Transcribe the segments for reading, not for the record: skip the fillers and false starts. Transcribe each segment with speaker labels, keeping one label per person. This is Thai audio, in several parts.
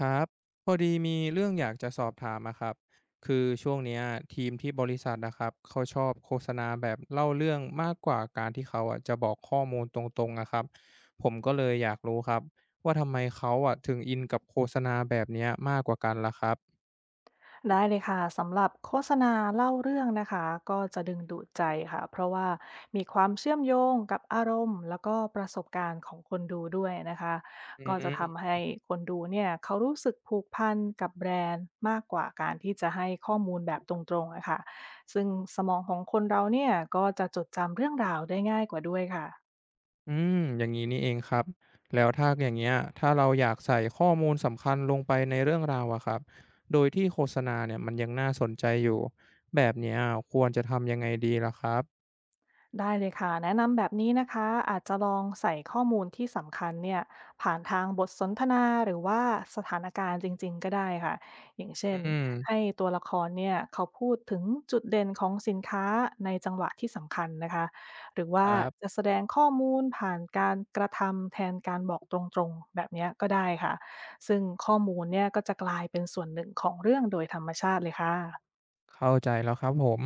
Speaker 1: ครับพอดีมีเรื่องอยากจะสอบถามอะครับคือช่วงเนี้ยทีมที่บริษัทนะครับเขาชอบโฆษณาแบบเล่าเรื่องมากกว่าการที่เขาอะจะบอกข้อมูลตรงๆอะครับผมก็เลยอยากรู้ครับว่าทำไมเขาอะถึงอินกับโฆษณาแบบเนี้ยมากกว่ากันล่ะครับ
Speaker 2: ได้เลยค่ะสำหรับโฆษณาเล่าเรื่องนะคะก็จะดึงดูดใจค่ะเพราะว่ามีความเชื่อมโยงกับอารมณ์แล้วก็ประสบการณ์ของคนดูด้วยนะคะ
Speaker 1: อื
Speaker 2: ก็จะทำ
Speaker 1: ม
Speaker 2: ให้คนดูเนี่ยเขารู้สึกผูกพันกับแบรนด์มากกว่าการที่จะให้ข้อมูลแบบตรงๆนะคะซึ่งสมองของคนเราเนี่ยก็จะจดจำเรื่องราวได้ง่ายกว่าด้วยค่ะ
Speaker 1: อืมอย่างนี้นี่เองครับแล้วถ้าอย่างเงี้ยถ้าเราอยากใส่ข้อมูลสำคัญลงไปในเรื่องราวอะครับโดยที่โฆษณาเนี่ยมันยังน่าสนใจอยู่แบบเนี้ยควรจะทำยังไงดีล่ะครับ
Speaker 2: ได้เลยค่ะแนะนำแบบนี้นะคะอาจจะลองใส่ข้อมูลที่สำคัญเนี่ยผ่านทางบทสนทนาหรือว่าสถานการณ์จริงๆก็ได้ค่ะอย่างเช่
Speaker 1: อื
Speaker 2: น
Speaker 1: ม
Speaker 2: ให้ตัวละครเนี่ยเขาพูดถึงจุดเด่นของสินค้าในจังหวะที่สำคัญนะคะหรือ
Speaker 1: ค
Speaker 2: ว่า
Speaker 1: รับ
Speaker 2: จะแสดงข้อมูลผ่านการกระทำแทนการบอกตรงๆแบบเนี้ยก็ได้ค่ะซึ่งข้อมูลเนี่ยก็จะกลายเป็นส่วนหนึ่งของเรื่องโดยธรรมชาติเลยค่ะ
Speaker 1: เข้าใจแล้วครับผม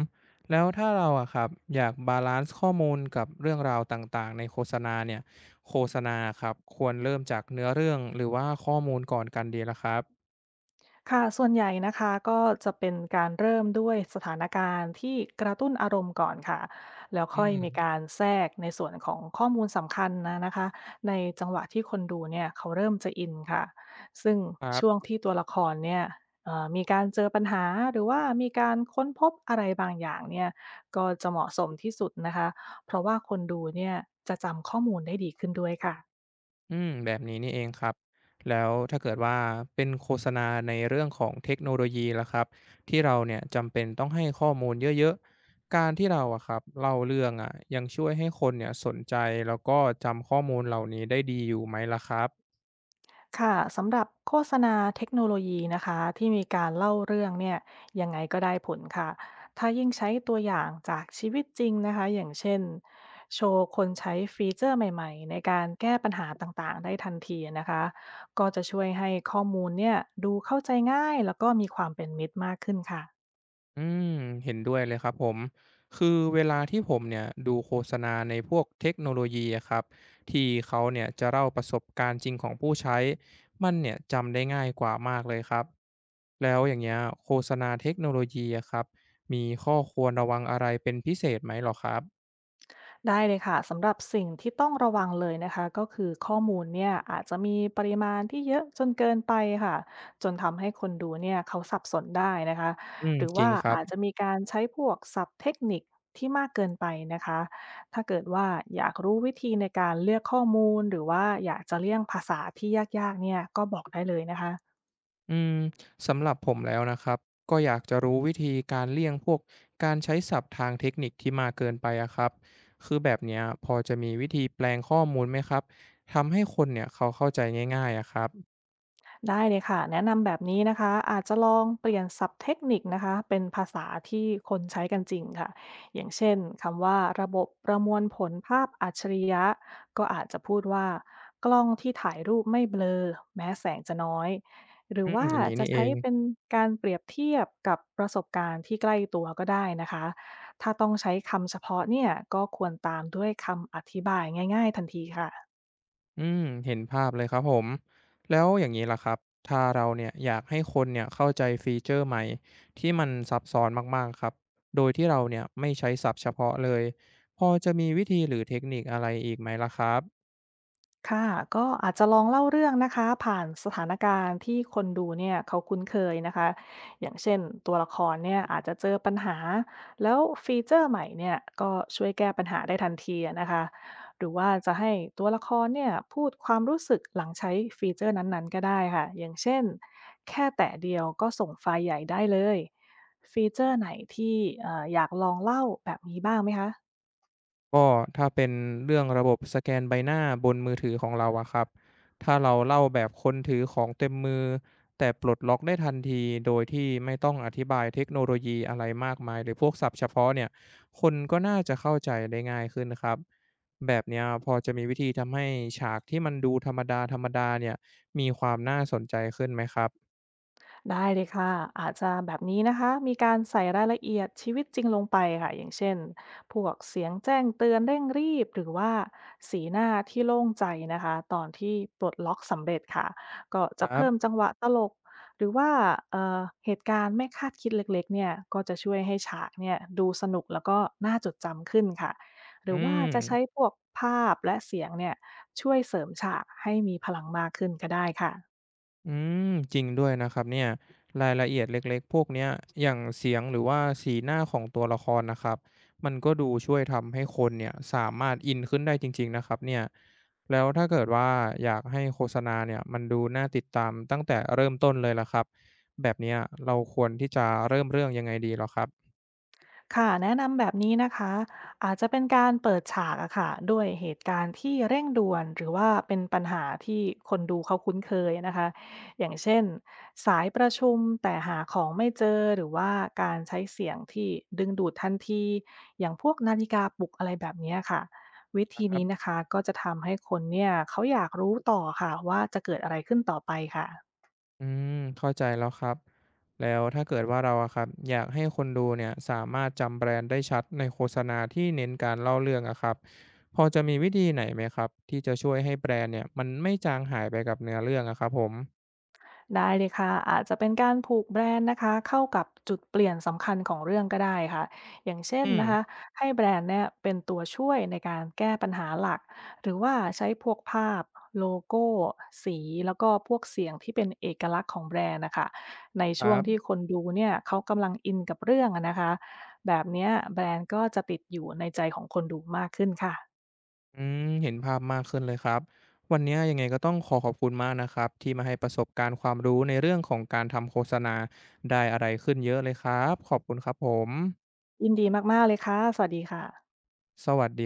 Speaker 1: แล้วถ้าเราอะครับอยากบาลันซ์ข้อมูลกับเรื่องราวต่างๆในโฆษณาเนี่ยโฆษณาครับควรเริ่มจากเนื้อเรื่องหรือว่าข้อมูลก่อนกันดีล่ะครับ
Speaker 2: ค่ะส่วนใหญ่นะคะก็จะเป็นการเริ่มด้วยสถานการณ์ที่กระตุ้นอารมณ์ก่อนค่ะแล้ว
Speaker 1: อื
Speaker 2: ค่อย
Speaker 1: ม
Speaker 2: มีการแทรกในส่วนของข้อมูลสำคัญนะนะคะในจังหวะที่คนดูเนี่ยเขาเริ่มจะอินค่ะซึ่ง
Speaker 1: ครั
Speaker 2: ช่วง
Speaker 1: บ
Speaker 2: ที่ตัวละครเนี่ยมีการเจอปัญหาหรือว่ามีการค้นพบอะไรบางอย่างเนี่ยก็จะเหมาะสมที่สุดนะคะเพราะว่าคนดูเนี่ยจะจำข้อมูลได้ดีขึ้นด้วยค่ะ
Speaker 1: อืมแบบนี้นี่เองครับแล้วถ้าเกิดว่าเป็นโฆษณาในเรื่องของเทคโนโลยีล่ะครับที่เราเนี่ยจำเป็นต้องให้ข้อมูลเยอะๆการที่เราอะครับเล่าเรื่องอะยังช่วยให้คนเนี่ยสนใจแล้วก็จำข้อมูลเหล่านี้ได้ดีอยู่ไหมล่ะครับ
Speaker 2: ค่ะสำหรับโฆษณาเทคโนโลยีนะคะที่มีการเล่าเรื่องเนี่ยยังไงก็ได้ผลค่ะถ้ายิ่งใช้ตัวอย่างจากชีวิตจริงนะคะอย่างเช่นโชว์คนใช้ฟีเจอร์ใหม่ๆในการแก้ปัญหาต่างๆได้ทันทีนะคะก็จะช่วยให้ข้อมูลเนี่ยดูเข้าใจง่ายแล้วก็มีความเป็นมิตรมากขึ้นค่ะ
Speaker 1: อืมเห็นด้วยเลยครับผมคือเวลาที่ผมเนี่ยดูโฆษณาในพวกเทคโนโลยีอะครับที่เขาเนี่ยจะเล่าประสบการณ์จริงของผู้ใช้มันเนี่ยจำได้ง่ายกว่ามากเลยครับแล้วอย่างเงี้ยโฆษณาเทคโนโลยีอะครับมีข้อควรระวังอะไรเป็นพิเศษไหมหรอครับ
Speaker 2: ได้เลยค่ะสำหรับสิ่งที่ต้องระวังเลยนะคะก็คือข้อมูลเนี่ยอาจจะมีปริมาณที่เยอะจนเกินไปค่ะจนทำให้คนดูเนี่ยเขาสับสนได้นะคะ
Speaker 1: อืม
Speaker 2: หรือ
Speaker 1: จริ
Speaker 2: ว่า
Speaker 1: งครับ
Speaker 2: อาจจะมีการใช้พวกศัพท์เทคนิคที่มากเกินไปนะคะถ้าเกิดว่าอยากรู้วิธีในการเลือกข้อมูลหรือว่าอยากจะเลี่ยงภาษาที่ยากๆเนี่ยก็บอกได้เลยนะคะ
Speaker 1: อืมสำหรับผมแล้วนะครับก็อยากจะรู้วิธีการเลี่ยงพวกการใช้ศัพท์ทางเทคนิคที่มากเกินไปอะครับคือแบบเนี้ยพอจะมีวิธีแปลงข้อมูลไหมครับทำให้คนเนี่ยเขาเข้าใจง่ายๆอะครับ
Speaker 2: ได้เลยค่ะแนะนำแบบนี้นะคะอาจจะลองเปลี่ยนศัพท์เทคนิคนะคะเป็นภาษาที่คนใช้กันจริงค่ะอย่างเช่นคำว่าระบบประมวลผลภาพอัจฉริยะก็อาจจะพูดว่ากล้องที่ถ่ายรูปไม่เบลอแม้แสงจะน้อยหรือ
Speaker 1: อืม
Speaker 2: ว่า
Speaker 1: อย่างนี้
Speaker 2: จะ
Speaker 1: นี่เอ
Speaker 2: ใช้
Speaker 1: ง
Speaker 2: เป็นการเปรียบเทียบกับประสบการณ์ที่ใกล้ตัวก็ได้นะคะถ้าต้องใช้คำเฉพาะเนี่ยก็ควรตามด้วยคำอธิบายง่ายๆทันทีค่ะ
Speaker 1: อืมเห็นภาพเลยครับผมแล้วอย่างนี้ล่ะครับถ้าเราเนี่ยอยากให้คนเนี่ยเข้าใจฟีเจอร์ใหม่ที่มันซับซ้อนมากๆครับโดยที่เราเนี่ยไม่ใช้ศัพท์เฉพาะเลยพอจะมีวิธีหรือเทคนิคอะไรอีกไหมล่ะครับ
Speaker 2: ค่ะก็อาจจะลองเล่าเรื่องนะคะผ่านสถานการณ์ที่คนดูเนี่ยเขาคุ้นเคยนะคะอย่างเช่นตัวละครเนี่ยอาจจะเจอปัญหาแล้วฟีเจอร์ใหม่เนี่ยก็ช่วยแก้ปัญหาได้ทันทีอะนะคะหรือว่าจะให้ตัวละครเนี่ยพูดความรู้สึกหลังใช้ฟีเจอร์นั้นๆก็ได้ค่ะอย่างเช่นแค่แตะเดียวก็ส่งไฟล์ใหญ่ได้เลยฟีเจอร์ไหนที่อยากลองเล่าแบบนี้บ้างไหมคะ
Speaker 1: ก็ถ้าเป็นเรื่องระบบสแกนใบหน้าบนมือถือของเราอะครับถ้าเราเล่าแบบคนถือของเต็มมือแต่ปลดล็อกได้ทันทีโดยที่ไม่ต้องอธิบายเทคโนโลยีอะไรมากมายหรือพวกศัพท์เฉพาะเนี่ยคนก็น่าจะเข้าใจได้ง่ายขึ้นครับแบบเนี้ยพอจะมีวิธีทำให้ฉากที่มันดูธรรมดาๆเนี่ยมีความน่าสนใจขึ้นไหมครับ
Speaker 2: ได้เลยค่ะอาจจะแบบนี้นะคะมีการใส่รายละเอียดชีวิตจริงลงไปค่ะอย่างเช่นพวกเสียงแจ้งเตือนเร่งรีบหรือว่าสีหน้าที่โล่งใจนะคะตอนที่ปลดล็อกสำเร็จค่ะก็
Speaker 1: ค
Speaker 2: จะ
Speaker 1: รั
Speaker 2: เพิ่ม
Speaker 1: บ
Speaker 2: จังหวะตลกหรือว่าเอ่อเหตุการณ์ไม่คาดคิดเล็กๆเนี่ยก็จะช่วยให้ฉากเนี่ยดูสนุกแล้วก็น่าจดจำขึ้นค่ะห
Speaker 1: อื
Speaker 2: รือว่า
Speaker 1: ม
Speaker 2: จะใช้พวกภาพและเสียงเนี่ยช่วยเสริมฉากให้มีพลังมากขึ้นก็ได้ค่ะ
Speaker 1: อืมจริงด้วยนะครับเนี่ยรายละเอียดเล็กๆพวกเนี้ยอย่างเสียงหรือว่าสีหน้าของตัวละครนะครับมันก็ดูช่วยทำให้คนเนี่ยสามารถอินขึ้นได้จริงๆนะครับเนี่ยแล้วถ้าเกิดว่าอยากให้โฆษณาเนี่ยมันดูน่าติดตามตั้งแต่เริ่มต้นเลยล่ะครับแบบเนี้ยเราควรที่จะเริ่มเรื่องยังไงดีเหรอครับ
Speaker 2: ค่ะแนะนำแบบนี้นะคะอาจจะเป็นการเปิดฉากอะค่ะด้วยเหตุการณ์ที่เร่งด่วนหรือว่าเป็นปัญหาที่คนดูเขาคุ้นเคยนะคะอย่างเช่นสายประชุมแต่หาของไม่เจอหรือว่าการใช้เสียงที่ดึงดูดทันทีอย่างพวกนาฬิกาปลุกอะไรแบบเนี้ยค่ะวิธี
Speaker 1: ครั
Speaker 2: นี้นะ
Speaker 1: บ
Speaker 2: คะก็จะทำให้คนเนี่ยเขาอยากรู้ต่อค่ะว่าจะเกิดอะไรขึ้นต่อไปค่ะ
Speaker 1: อืมเข้าใจแล้วครับแล้วถ้าเกิดว่าเราอะครับอยากให้คนดูเนี่ยสามารถจำแบรนด์ได้ชัดในโฆษณาที่เน้นการเล่าเรื่องอะครับพอจะมีวิธีไหนไหมครับที่จะช่วยให้แบรนด์เนี่ยมันไม่จางหายไปกับเนื้อเรื่องอะครับผม
Speaker 2: ได้เลยค่ะอาจจะเป็นการผูกแบรนด์นะคะเข้ากับจุดเปลี่ยนสำคัญของเรื่องก็ได้ค่ะอย่างเช่น
Speaker 1: อืม
Speaker 2: นะคะให้แบรนด์เนี่ยเป็นตัวช่วยในการแก้ปัญหาหลักหรือว่าใช้พวกภาพโลโก้สีแล้วก็พวกเสียงที่เป็นเอกลักษณ์ของแบรนด์นะคะใน
Speaker 1: ค
Speaker 2: ช่ว
Speaker 1: รั
Speaker 2: งที่
Speaker 1: บ
Speaker 2: คนดูเนี่ยเขากำลังอินกับเรื่องอะนะคะแบบเนี้ยแบรนด์ก็จะติดอยู่ในใจของคนดูมากขึ้นค่ะ
Speaker 1: อืมเห็นภาพมากขึ้นเลยครับวันนี้ยังไงก็ต้องขอขอบคุณมากนะครับที่มาให้ประสบการณ์ความรู้ในเรื่องของการทำโฆษณาได้อะไรขึ้นเยอะเลยครับขอบคุณครับผม
Speaker 2: ยินดีมากๆเลยค่ะสวัสดีค่ะ
Speaker 1: สวัสดี